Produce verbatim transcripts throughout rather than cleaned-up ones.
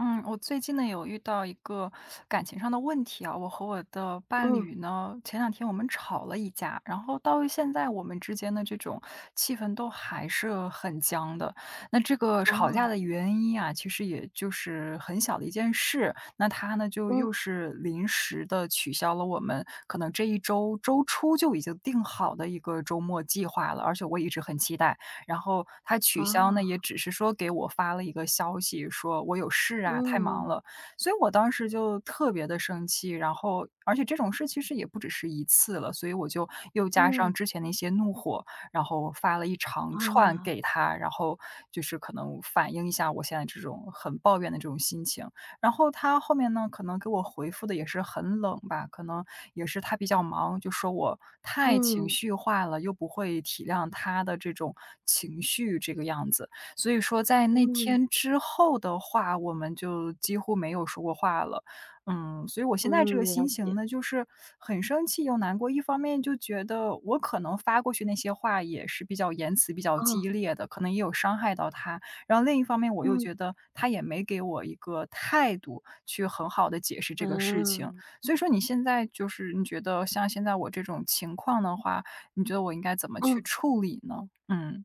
嗯，我最近呢有遇到一个感情上的问题啊，我和我的伴嗯，侣呢，前两天我们吵了一架，然后到现在我们之间的这种气氛都还是很僵的。那这个吵架哦，的原因啊，其实也就是很小的一件事，那他呢就嗯，又是临时的取消了我们可能这一周周初就已经定好的一个周末计划了，而且我一直很期待。然后他取消呢，也啊，只是说给我发了一个消息，说我有事啊，太忙嗯，了。所以我当时就特别的生气，然后而且这种事其实也不只是一次了，所以我就又加上嗯，之前的一些怒火，然后发了一长串啊，给他，然后就是可能反映一下我现在这种很抱怨的这种心情。然后他后面呢，可能给我回复的也是很冷吧，可能也是他比较忙，就说我太情嗯，绪化了，又不会体谅他的这种情绪这个样子。所以说在那嗯，天之后的话，我们就几乎没有说过话了。嗯，所以我现在这嗯，个了心情解，呢，就是很生气又难过。一方面就觉得我可能发过去那些话也是比较言辞比较啊，激烈的，可能也有伤害到他。然后另一方面，我又嗯，觉得他也没给我一个态度去很好的解释这个事啊，情。所以说你现在就是你觉得像现在我这种情况的话，你觉得我应该怎么去嗯。处理呢？嗯，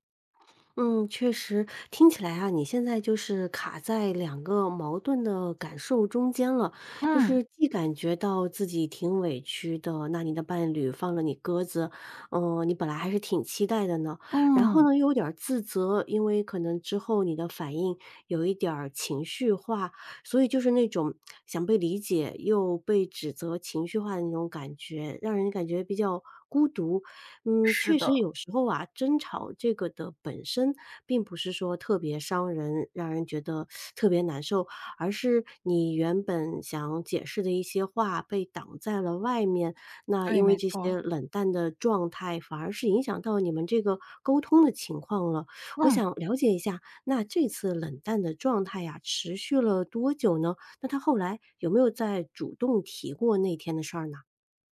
嗯，确实，听起来啊，你现在就是卡在两个矛盾的感受中间了，就嗯，是既感觉到自己挺委屈的，那你的伴侣放了你鸽子，嗯、你本来还是挺期待的呢，然后嗯，呢，又有点儿自责，因为可能之后你的反应有一点儿情绪化，所以就是那种想被理解又被指责、情绪化的那种感觉，让人感觉比较孤独，嗯，是确的，实有时候啊，争吵这个的本身并不是说特别伤人，让人觉得特别难受，而是你原本想解释的一些话被挡在了外面。那对，因为没这错，些冷淡的状态，反而是影响到你们这个沟通的情况了。我嗯。想了解一下，那这次冷淡的状态呀，持续了多久呢？那他后来有没有再主动提过那天的事儿呢？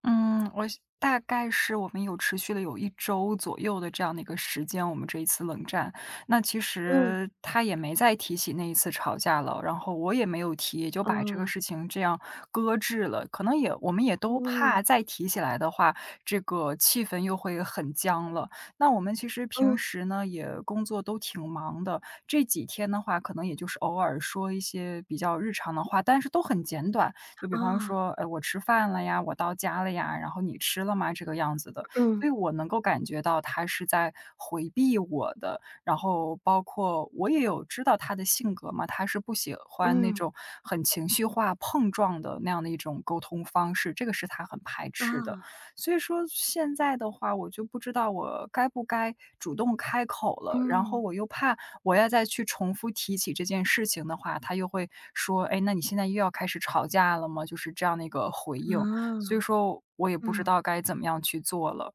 嗯，我是大概是我们有持续了有一周左右的这样的一个时间，我们这一次冷战。那其嗯，实他也没再提起那一次吵架了，然后我也没有提，也就啊，把这个事情这样搁置了。可能也我们也都嗯，怕再提起来的话，这个气氛又会很僵了。那我们其实平嗯。时呢，也工作都挺忙的，这几天的话，可能也就是偶尔说一些比较日常的话，但是都很简短。就比方啊，说，哎，我吃饭了呀，我到家了呀，然后你吃了吗？这个样子的。嗯，所以我能够感觉到他是在回避我的，然后包括我也有知道他的性格嘛，他是不喜欢那嗯，种很情绪化碰撞的那样的一种沟通方式，这个是他很排斥的。啊，所以说现在的话，我就不知道我该不该主动开口了，然后嗯，我又怕我要再去重复提起这件事情的话，他又会说：“哎，那你现在又要开始吵架了吗？”就是这样的一个回啊，应，所以说我也不知嗯，道该怎么样去做了。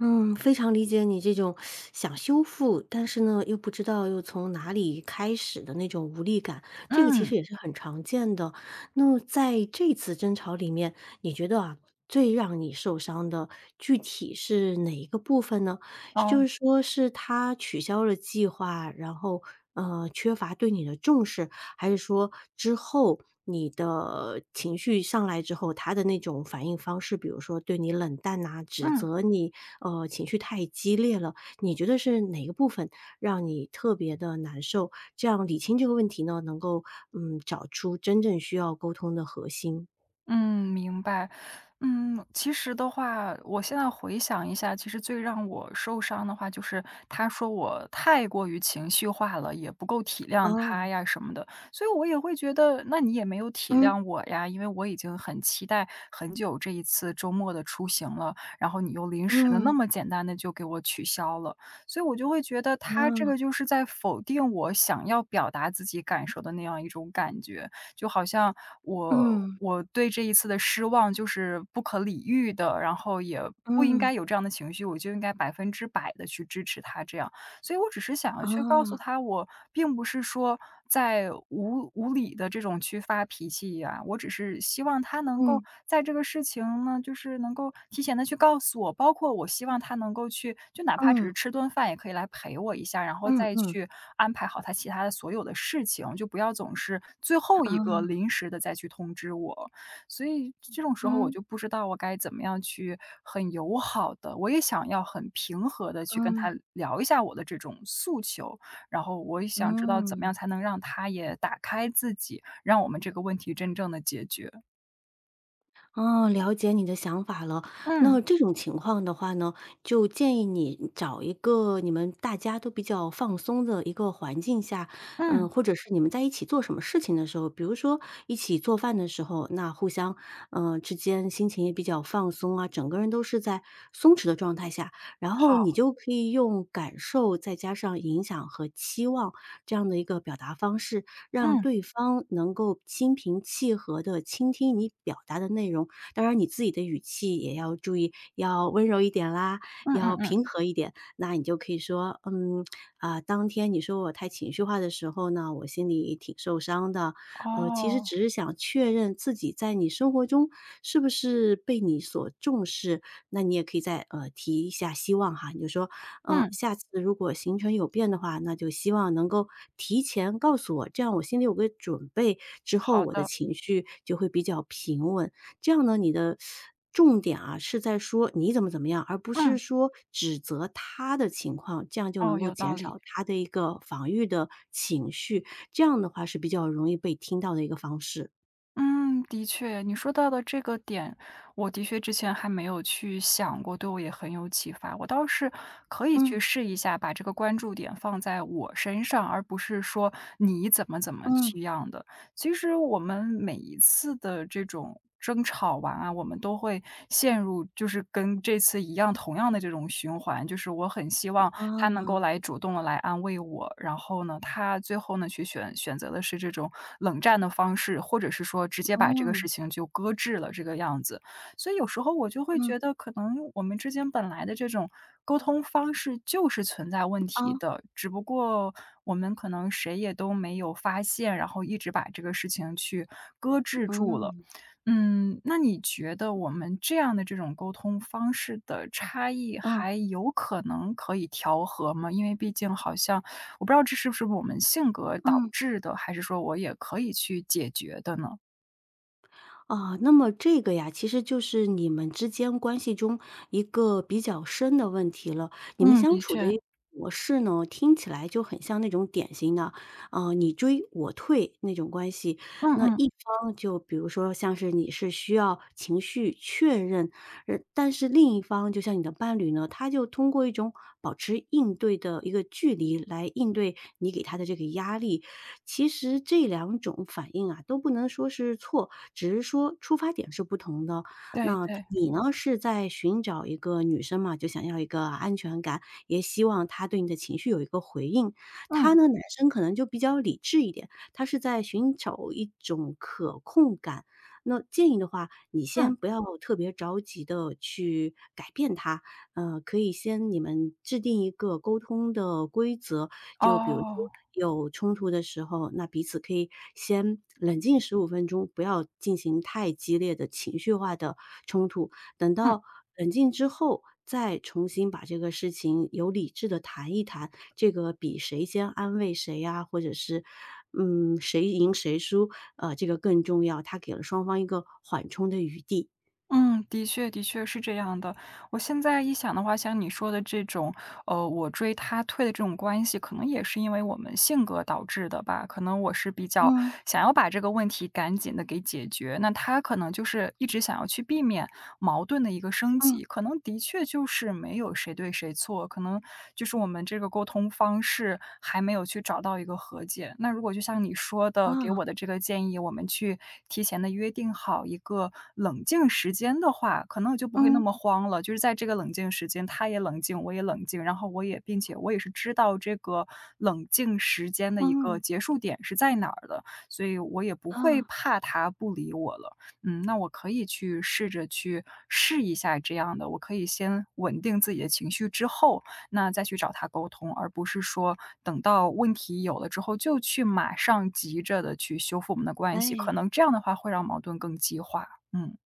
嗯，非常理解你这种想修复，但是呢，又不知道又从哪里开始的那种无力感，这个其嗯，实也是很常见的。那在这次争吵里面，你觉得啊，最让你受伤的具体是哪一个部分呢？是就哦，是说是他取消了计划，然后呃，缺乏对你的重视，还是说之后你的情绪上来之后，他的那种反应方式，比如说对你冷淡呐、指嗯。责你，呃，情绪太激烈了，你觉得是哪个部分让你特别的难受？这样理清这个问题呢，能够嗯找出真正需要沟通的核心。嗯，明白。嗯，其实的话，我现在回想一下，其实最让我受伤的话，就是他说我太过于情绪化了，也不够体谅哦，他呀什么的，所以我也会觉得，那你也没有体嗯谅我呀，因为我已经很期待很久这一次周末的出行了，然后你又临时的那嗯么简单的就给我取消了，所以我就会觉得他这哦，个就是在否定我想要表达自己感受的那样一种感觉。就好像我嗯我对这一次的失望就是不可理喻的，然后也不应嗯该有这样的情绪，我就应该百分之百的去支持他这样。所以我只是想要去告诉哦，他，我并不是说在无无理的这种去发脾气呀，我只是希望他能够嗯在这个事情呢，就是能够提前的去告诉我，包括我希望他能够去就哪怕只是嗯吃顿饭也可以来陪我一下，然后嗯再嗯，去安排好他其他的所有的事情，就不要总是最后一个啊，临时的再去通知我。所以这种时候我嗯就不知道我该怎么样去很友好的，我也想要很平和的去跟嗯他聊一下我的这种诉求，然后我也想知道怎么嗯。样才能让他也打开自己，让我们这个问题真正的解决。哦，了解你的想法了。嗯，那这种情况的话呢，就建议你找一个你们大家都比较放松的一个环境下，嗯，嗯，或者是你们在一起做什么事情的时候，比如说一起做饭的时候，那互相，嗯，之间心情也比较放松啊，整个人都是在松弛的状态下，然后你好，就可以用感受再加上影响和期望这样的一个表达方式，让嗯，对方能够心平气和地倾听你表达的内容。当然你自己的语气也要注意，要温柔一点啦，嗯嗯要嗯，平和一点。那你就可以说，嗯，啊，当天你说我太情绪化的时候呢，我心里挺受伤的。呃，其实哦，只是想确认自己在你生活中是不是被你所重视，那你也可以再，呃，提一下希望哈，你就说：“呃，嗯，下次如果行程有变的话，那就希望能够提前告诉我，这样我心里有个准备，之后好我的的，情绪就会比较平稳。”这样呢，你的重点啊，是在说你怎么怎么样，而不是嗯，说指责他的情况，这样就能哦，够有道减理。少他的一个防御的情绪，这样的话是比较容易被听到的一个方式。嗯，的确，你说到的这个点，我的确之前还没有去想过，对我也很有启发。我倒是可以嗯，去试一下，把这个关注点放在我身上，而不是说你怎么怎么嗯，去样的。其实我们每一次的这种争吵完啊，我们都会陷入就是跟这次一样同样的这种循环，就是我很希望他能够啊，来主动的来安慰我，然后呢，他最后呢去选选择的是这种冷战的方式，或者是说直接把这个嗯，事情就搁置了这个样子。所以有时候我就会嗯，觉得，可能我们之间本来的这种沟通方式就是存在问啊，题的，只不过我们可能谁也都没有发现，然后一直把这个事情去搁置住了。嗯。嗯，那你觉得我们这样的这种沟通方式的差异，嗯还有可能可以调和吗？因为毕竟好像我不知道这是不是我们性格导嗯，致的，还是说我也可以去解决的呢？啊，那么这个呀，其实就是你们之间关系中一个比较深的问题了。你们嗯，相的处的一确，个模式呢，听起来就很像那种典型的，呃，你追我退那种关系。嗯那嗯，一方就比如说像是你是需要情绪确认，呃，但是另一方就像你的伴侣呢，他就通过一种保持应对的一个距离来应对你给他的这个压力。其实这两种反应啊，都不能说是错，只是说出发点是不同的。对那对，你呢，是在寻找一个女生嘛，就想要一个安全感，也希望她对你的情绪有一个回应。他嗯呢，男生可能就比较理智一点，他是在寻找一种可控感。那建议的话，你嗯。先不要特别着急的去改变他，呃，可以先你们制定一个沟通的规则，就比如说哦，有冲突的时候，那彼此可以先冷静十五分钟，不要进行太激烈的情绪化的冲突。等嗯到冷静之后，再重新把这个事情有理智的谈一谈，这个比谁先安慰谁呀，或者是，嗯，谁赢谁输，呃，这个更重要，它给了双方一个缓冲的余地。嗯，的确的确是这样的。我现在一想的话，像你说的这种，呃，我追他退的这种关系，可能也是因为我们性格导致的吧。可能我是比较嗯，想要把这个问题赶紧的给解决，那他可能就是一直想要去避免。矛盾的一个升级。嗯，可能的确就是没有谁对谁错，可能就是我们这个沟通方式还没有去找到一个和解。那如果就像你说的，给啊，我的这个建议，我们去提前的约定好一个冷静时间的话，可能我就不会那嗯，么慌了。就是在这个冷静时间，他也冷静，我也冷静，然后我也并且我也是知道这个冷静时间的一个嗯，结束点是在哪儿的，所以我也不会啊，怕他不理我了。嗯，那我可以去试着去试一下这样的，我可以先稳定自己的情绪之后，那再去找他沟通，而不是说等到问题有了之后就去马上急着的去修复我们的关系，可哎。能这样的话会让矛盾更激化。嗯。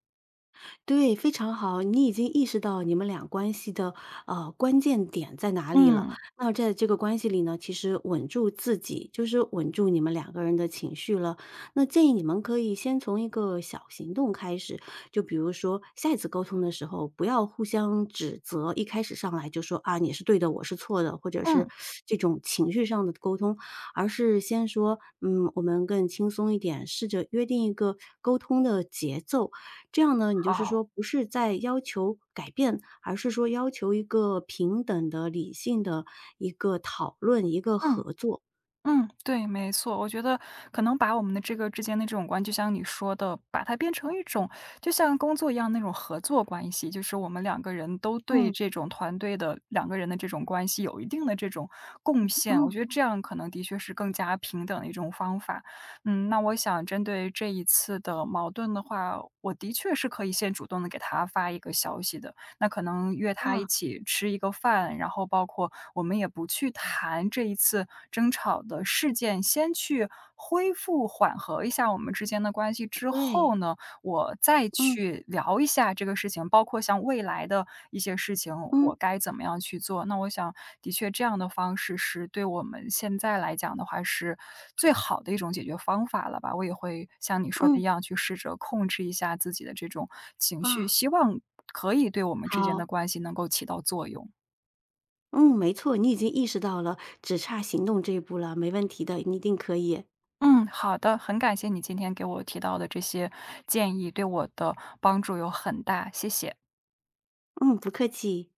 对，非常好，你已经意识到你们俩关系的呃关键点在哪里了。嗯，那在这个关系里呢，其实稳住自己，就是稳住你们两个人的情绪了。那建议你们可以先从一个小行动开始，就比如说下一次沟通的时候，不要互相指责，一开始上来就说啊你是对的，我是错的，或者是嗯，这种情绪上的沟通，而是先说嗯，我们更轻松一点，试着约定一个沟通的节奏。这样呢，你就是好，说不是在要求改变，而是说要求一个平等的、理性的一个讨论、一个嗯。合作。嗯，对，没错。我觉得可能把我们的这个之间的这种关系，就像你说的，把它变成一种就像工作一样那种合作关系，就是我们两个人都对嗯，这种团队的两个人的这种关系有一定的这种贡献。我嗯，觉得这样可能的确是更加平等的一种方法。嗯，那我想针对这一次的矛盾的话，我的确是可以先主动的给他发一个消息的。那可能约他一啊，起吃一个饭，然后包括我们也不去谈这一次争吵的事件，先去恢复缓和一下我们之间的关系之对，后呢，我再嗯，去聊一下这个事情，包括像未来的一些事情，我嗯，该怎么样去做。那我想的确这样的方式是对我们现在来讲的话，是最好的一种解决方法了吧。我也会像你说的一嗯，样，去试着控制一下自己的这种情绪，啊，希望可以对我们之间好，的关系能够起到作用。嗯，没错，你已经意识到了，只差行动这一步了，没问题的，你一定可以。嗯，好的，很感谢你今天给我提到的这些建议，对我的帮助有很大，谢谢。嗯，不客气。